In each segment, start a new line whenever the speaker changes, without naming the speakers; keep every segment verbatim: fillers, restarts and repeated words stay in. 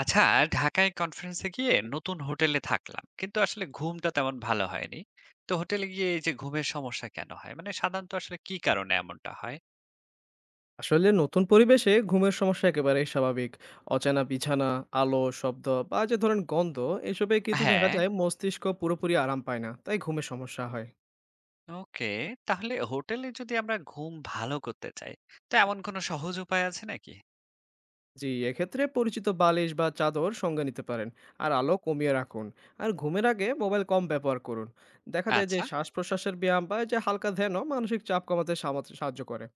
আচ্ছা, ঢাকায় কনফারেন্সে গিয়ে নতুন হোটেলে থাকলাম, কিন্তু আসলে ঘুমটা তেমন ভালো হয়নি। তো হোটেলে গিয়ে এই যে ঘুমের সমস্যা কেন হয়, মানে সাধারণত আসলে কি কারণে এমনটা হয়?
আসলে নতুন পরিবেশে ঘুমের সমস্যা একেবারেই স্বাভাবিক। অচেনা বিছানা, আলো, শব্দ বা যে ধরেন গন্ধ, এসবে কিন্তু দেখা
হ্যাঁ।
যায় মস্তিষ্ক পুরোপুরি আরাম পায় না, তাই ঘুমের সমস্যা হয়।
ওকে। তাহলে হোটেলে যদি আমরা ঘুম ভালো করতে চাই, তো এমন কোনো সহজ উপায় আছে নাকি?
জি, এক্ষেত্রে পরিচিত বালিশ বা চাদর সঙ্গে নিতে পারেন। আর আলো কমিয়ে রাখুন। আর ঘুমের আগে মোবাইল কম ব্যবহার করুন। দেখা যায় যে
আচ্ছা।
শ্বাস প্রশ্বাসের ব্যায়াম বা এই যে হালকা ধ্যানও মানসিক চাপ কমাতে সামা- সাহায্য করে।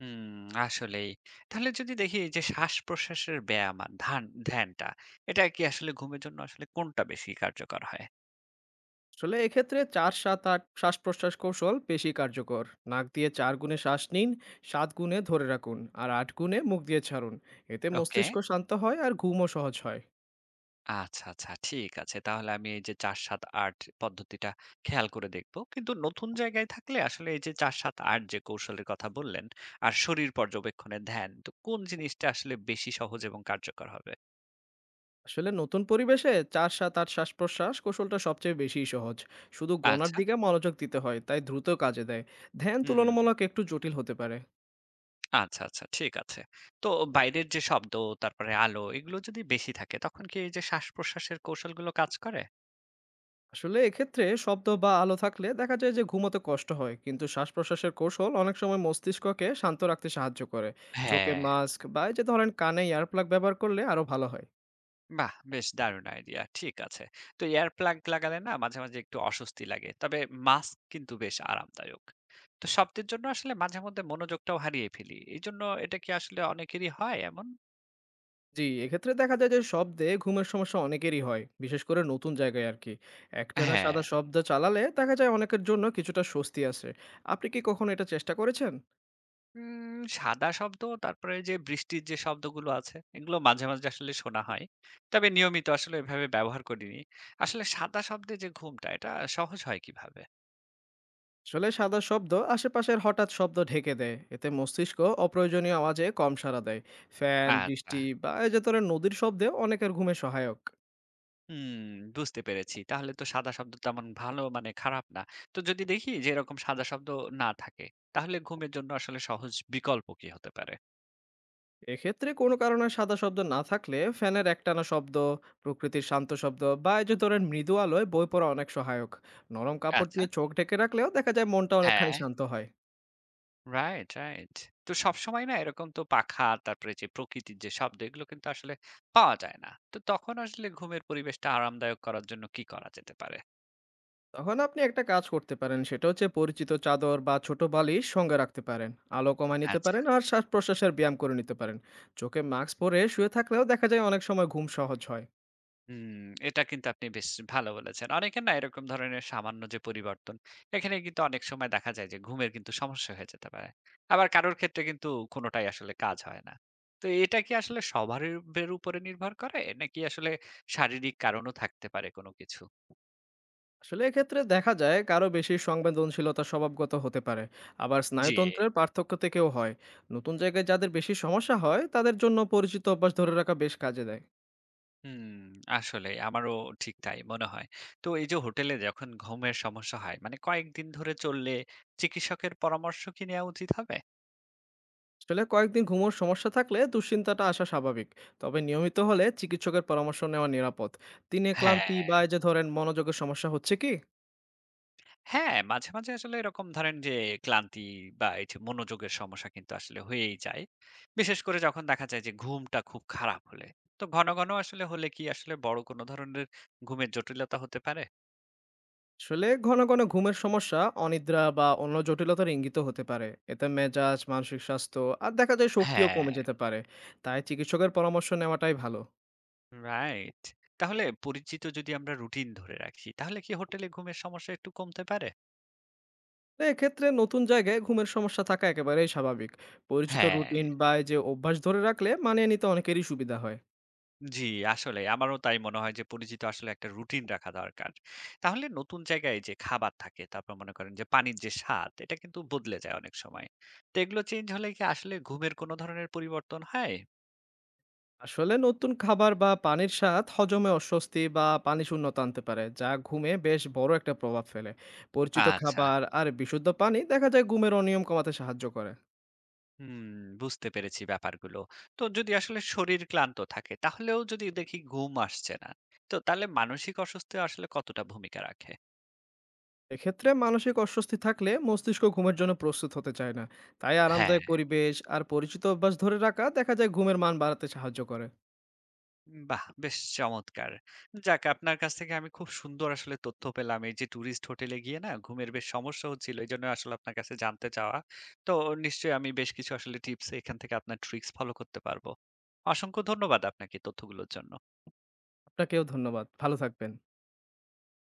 হুম। আসলেই। তাহলে যদি দেখি এই যে শ্বাস প্রশ্বাসের ব্যায়াম আর ধ্যান, ধ্যানটা এটা কি আসলে ঘুমের জন্য আসলে কোনটা বেশি কার্যকর হয়?
আসলে এক্ষেত্রে চার-সাত-আট শ্বাস-প্রশ্বাস কৌশল বেশি কার্যকর। নাক দিয়ে চার গুণে শ্বাস নিন, সাত গুণে ধরে রাখুন আর আট গুণে মুখ দিয়ে ছাড়ুন। এতে
ওকে।
মস্তিষ্ক শান্ত হয় আর ঘুমও সহজ হয়।
আচ্ছা, আচ্ছা। ঠিক আছে। তাহলে আমি এই যে চার সাত-আট পদ্ধতিটা খেয়াল করে দেখব। কিন্তু নতুন জায়গায় থাকলে আসলে এই যে চার সাত-আট যে কৌশলের কথা বললেন, আর শরীর পর্যবেক্ষণে ধ্যান, তো কোন জিনিসটা আসলে বেশি সহজ এবং কার্যকর হবে?
আসলে নতুন পরিবেশে চার-সাত-আট শ্বাস-প্রশ্বাস কৌশলটা সবচেয়ে বেশি সহজ। শুধু গণার
আচ্ছা।
দিকে মনোযোগ দিতে হয়, তাই দ্রুত কাজে দেয়। ধ্যান
হুম।
তুলনামূলক একটু জটিল হতে পারে।
আচ্ছা, আচ্ছা। ঠিক আছে। তো বাইরের যে শব্দ, তারপরে আলো, এগুলো যদি বেশি থাকে তখন কি এই যে শ্বাস-প্রশ্বাসের কৌশলগুলো কাজ করে?
আসলে এক্ষেত্রে শব্দ বা আলো থাকলে দেখা যায় যে ঘুমোতে কষ্ট হয়, কিন্তু শ্বাস প্রশ্বাসের কৌশল অনেক সময় মস্তিষ্ককে শান্ত রাখতে সাহায্য করে। চোখে
হ্যাঁ।
মাস্ক বা এই যে ধরেন কানে ইয়ারপ্লাগ ব্যবহার করলে আরো ভালো হয়।
বাহ! বেশ দারুণ আইডিয়া। ঠিক আছে। তো এয়ার প্লাগ লাগালে না মাঝে, মাঝে একটু অস্বস্তি লাগে। তবে মাস্ক কিন্তু বেশ আরামদায়ক। তো শব্দের জন্য আসলে মাঝে মধ্যে মনোযোগটাও হারিয়ে ফেলি। এজন্য এটা কি আসলে অনেকেরই হয় এমন?
জি, এক্ষেত্রে দেখা যায় যে শব্দে ঘুমের সমস্যা অনেকেরই হয়, বিশেষ করে নতুন জায়গায় আর কি। একটানা
হ্যাঁ।
সাদা শব্দ চালালে দেখা যায় অনেকের জন্য কিছুটা স্বস্তি আসে। আপনি কি কখনো এটা চেষ্টা করেছেন?
উম সাদা শব্দ, তারপরে যে বৃষ্টির যে শব্দগুলো আছে এগুলো মাঝে, মাঝে আসলে শোনা হয়। তবে নিয়মিত আসলে এভাবে ব্যবহার করিনি। আসলে সাদা শব্দে যে ঘুমটা এটা সহজ হয় কিভাবে?
আসলে সাদা শব্দ আশেপাশের হঠাৎ শব্দ ঢেকে দেয়, এতে মস্তিষ্ক অপ্রয়োজনীয় আওয়াজে কম সাড়া দেয়। ফ্যান,
আচ্ছা।
বৃষ্টি বা এই যে ধরেন নদীর শব্দে অনেকের ঘুমে সহায়ক।
হুম, বুঝতে পেরেছি। তাহলে তো সাদা শব্দ তেমন ভালো, মানে খারাপ না। তো যদি দেখি যে এরকম সাদা শব্দ না থাকে, তাহলে ঘুমের জন্য আসলে সহজ বিকল্প কি হতে পারে?
এক্ষেত্রে কোনো কারণে সাদা শব্দ না থাকলে ফ্যানের একটানা শব্দ, প্রকৃতির শান্ত শব্দ বা এই যে ধরেন মৃদু আলোয় বই পড়া অনেক সহায়ক। নরম কাপড়
আচ্ছা।
দিয়ে চোখ ঢেকে রাখলেও দেখা যায় মনটা অনেকখানি
হ্যাঁ,
শান্ত হয়।
Right, right. তো সবসময় না এরকম তো পাখা, তারপরে যে প্রকৃতির যে শব্দ, এগুলো কিন্তু আসলে পাওয়া যায় না। তো তখন আসলে ঘুমের পরিবেশটা আরামদায়ক করার জন্য কি করা যেতে পারে?
তখন আপনি একটা কাজ করতে পারেন, সেটা হচ্ছে পরিচিত চাদর বা ছোট বালিশ সঙ্গে রাখতে পারেন। আলো কমায় নিতে
আচ্ছা।
পারেন আর শ্বাস প্রশ্বাসের ব্যায়াম করে নিতে পারেন। চোখে মাস্ক পরে শুয়ে থাকলেও দেখা যায় অনেক সময় ঘুম সহজ হয়।
হুম, এটা কিন্তু আপনি বেশ ভালো বলেছেন। অনেকের না এরকম ধরনের সামান্য যে পরিবর্তন, এখানে কিন্তু অনেক সময় দেখা যায় যে ঘুমের কিন্তু সমস্যা হয়ে যেতে পারে। আবার কারোর ক্ষেত্রে কিন্তু কোনটাই আসলে কাজ হয় না। তো এটা কি আসলে সবার এর উপরে নির্ভর করে? নাকি আসলে শারীরিক কারণও থাকতে পারে কোনো কিছু?
আসলে এক্ষেত্রে দেখা যায় কারো বেশি সংবেদনশীলতা স্বভাবগত হতে পারে, আবার
জি।
স্নায়ুতন্ত্রের পার্থক্য থেকেও হয়। নতুন জায়গায় যাদের বেশি সমস্যা হয় তাদের জন্য পরিচিত অভ্যাস ধরে রাখা বেশ কাজে দেয়।
হুম, আসলে আমারও ঠিক তাই মনে হয়। তো এই যে হোটেলে যখন ঘুমের সমস্যা হয়, মানে কয়েকদিন ধরে চললে চিকিৎসকের পরামর্শ কি নেওয়া উচিত হবে?
আসলে কয়েকদিন ঘুমোর সমস্যা থাকলে দুশ্চিন্তাটা আসা স্বাভাবিক, তবে নিয়মিত হলে চিকিৎসকের পরামর্শ নেওয়া নিরাপদ। দিনে ক্লান্তি
হ্যাঁ।
বা এই যে ধরেন মনোযোগের সমস্যা হচ্ছে কি?
হ্যাঁ, মাঝে, মাঝে আসলে এরকম ধরেন যে ক্লান্তি বা এই যে মনোযোগের সমস্যা কিন্তু আসলে হয়েই যায়। বিশেষ করে যখন দেখা যায় যে ঘুমটা খুব খারাপ হলে। তো ঘন, ঘন আসলে হলে কি আসলে বড় কোন ধরনের ঘুমের জটিলতা হতে পারে?
আসলে ঘন ঘন ঘুমের সমস্যা অনিদ্রা বা অন্য জটিলতার ইঙ্গিত হতে পারে। এতে মেজাজ, মানসিক স্বাস্থ্য আর দেখা যায় শক্তিও
হ্যাঁ,
কমে যেতে পারে। তাই চিকিৎসকের পরামর্শ নেওয়াটাই ভালো।
রাইট। তাহলে পরিচিত যদি আমরা রুটিন ধরে রাখি, তাহলে কি হোটেলে ঘুমের সমস্যা একটু কমতে পারে?
তো এক্ষেত্রে নতুন জায়গায় ঘুমের সমস্যা থাকা একেবারেই স্বাভাবিক। পরিচিত
হ্যাঁ।
রুটিন বা এই যে অভ্যাস ধরে রাখলে মানিয়ে নিতে অনেকেরই সুবিধা হয়।
জি, আসলে আমারও তাই মনে হয় যে পরিচিত আসলে একটা রুটিন রাখা দরকার। তাহলে নতুন জায়গায় যে খাবার থাকে, তারপর মনে করেন যে পানির যে স্বাদ, এটা কিন্তু বদলে যায় অনেক সময়। তো এগুলো চেঞ্জ হলে কি আসলে ঘুমের কোনো ধরনের পরিবর্তন হয়?
আসলে নতুন খাবার বা পানির স্বাদ হজমে অস্বস্তি বা পানি শূন্যতা আনতে পারে, যা ঘুমে বেশ বড় একটা প্রভাব ফেলে। পরিচিত
আচ্ছা,
খাবার আর বিশুদ্ধ পানি দেখা যায় ঘুমের অনিয়ম কমাতে সাহায্য করে।
হুম, বুঝতে পেরেছি ব্যাপারগুলো। তো যদি আসলে শরীর ক্লান্ত থাকে, তাহলেও যদি দেখি ঘুম আসছে না, তো তাহলে মানসিক অসুস্থতা আসলে কতটা ভূমিকা রাখে?
এক্ষেত্রে মানসিক অস্বস্তি থাকলে মস্তিষ্ক ঘুমের জন্য প্রস্তুত হতে চায় না। তাই আরামদায়ক
হ্যাঁ।
পরিবেশ আর পরিচিত অভ্যাস ধরে রাখা দেখা যায় ঘুমের মান বাড়াতে সাহায্য করে।
বাহ! বেশ চমৎকার। যাক, আপনার কাছ থেকে আমি খুব সুন্দর আসলে তথ্য পেলাম। এই যে টুরিস্ট হোটেলে গিয়ে না ঘুমের বেশ সমস্যা হচ্ছিল। এজন্য আসলে আপনার কাছে জানতে চাওয়া। তো নিশ্চয়ই আমি বেশ কিছু আসলে টিপস এখান থেকে, আপনার ট্রিকস ফলো করতে পারবো। অসংখ্য ধন্যবাদ আপনাকে তথ্যগুলোর জন্য।
আপনাকেও ধন্যবাদ, ভালো থাকবেন।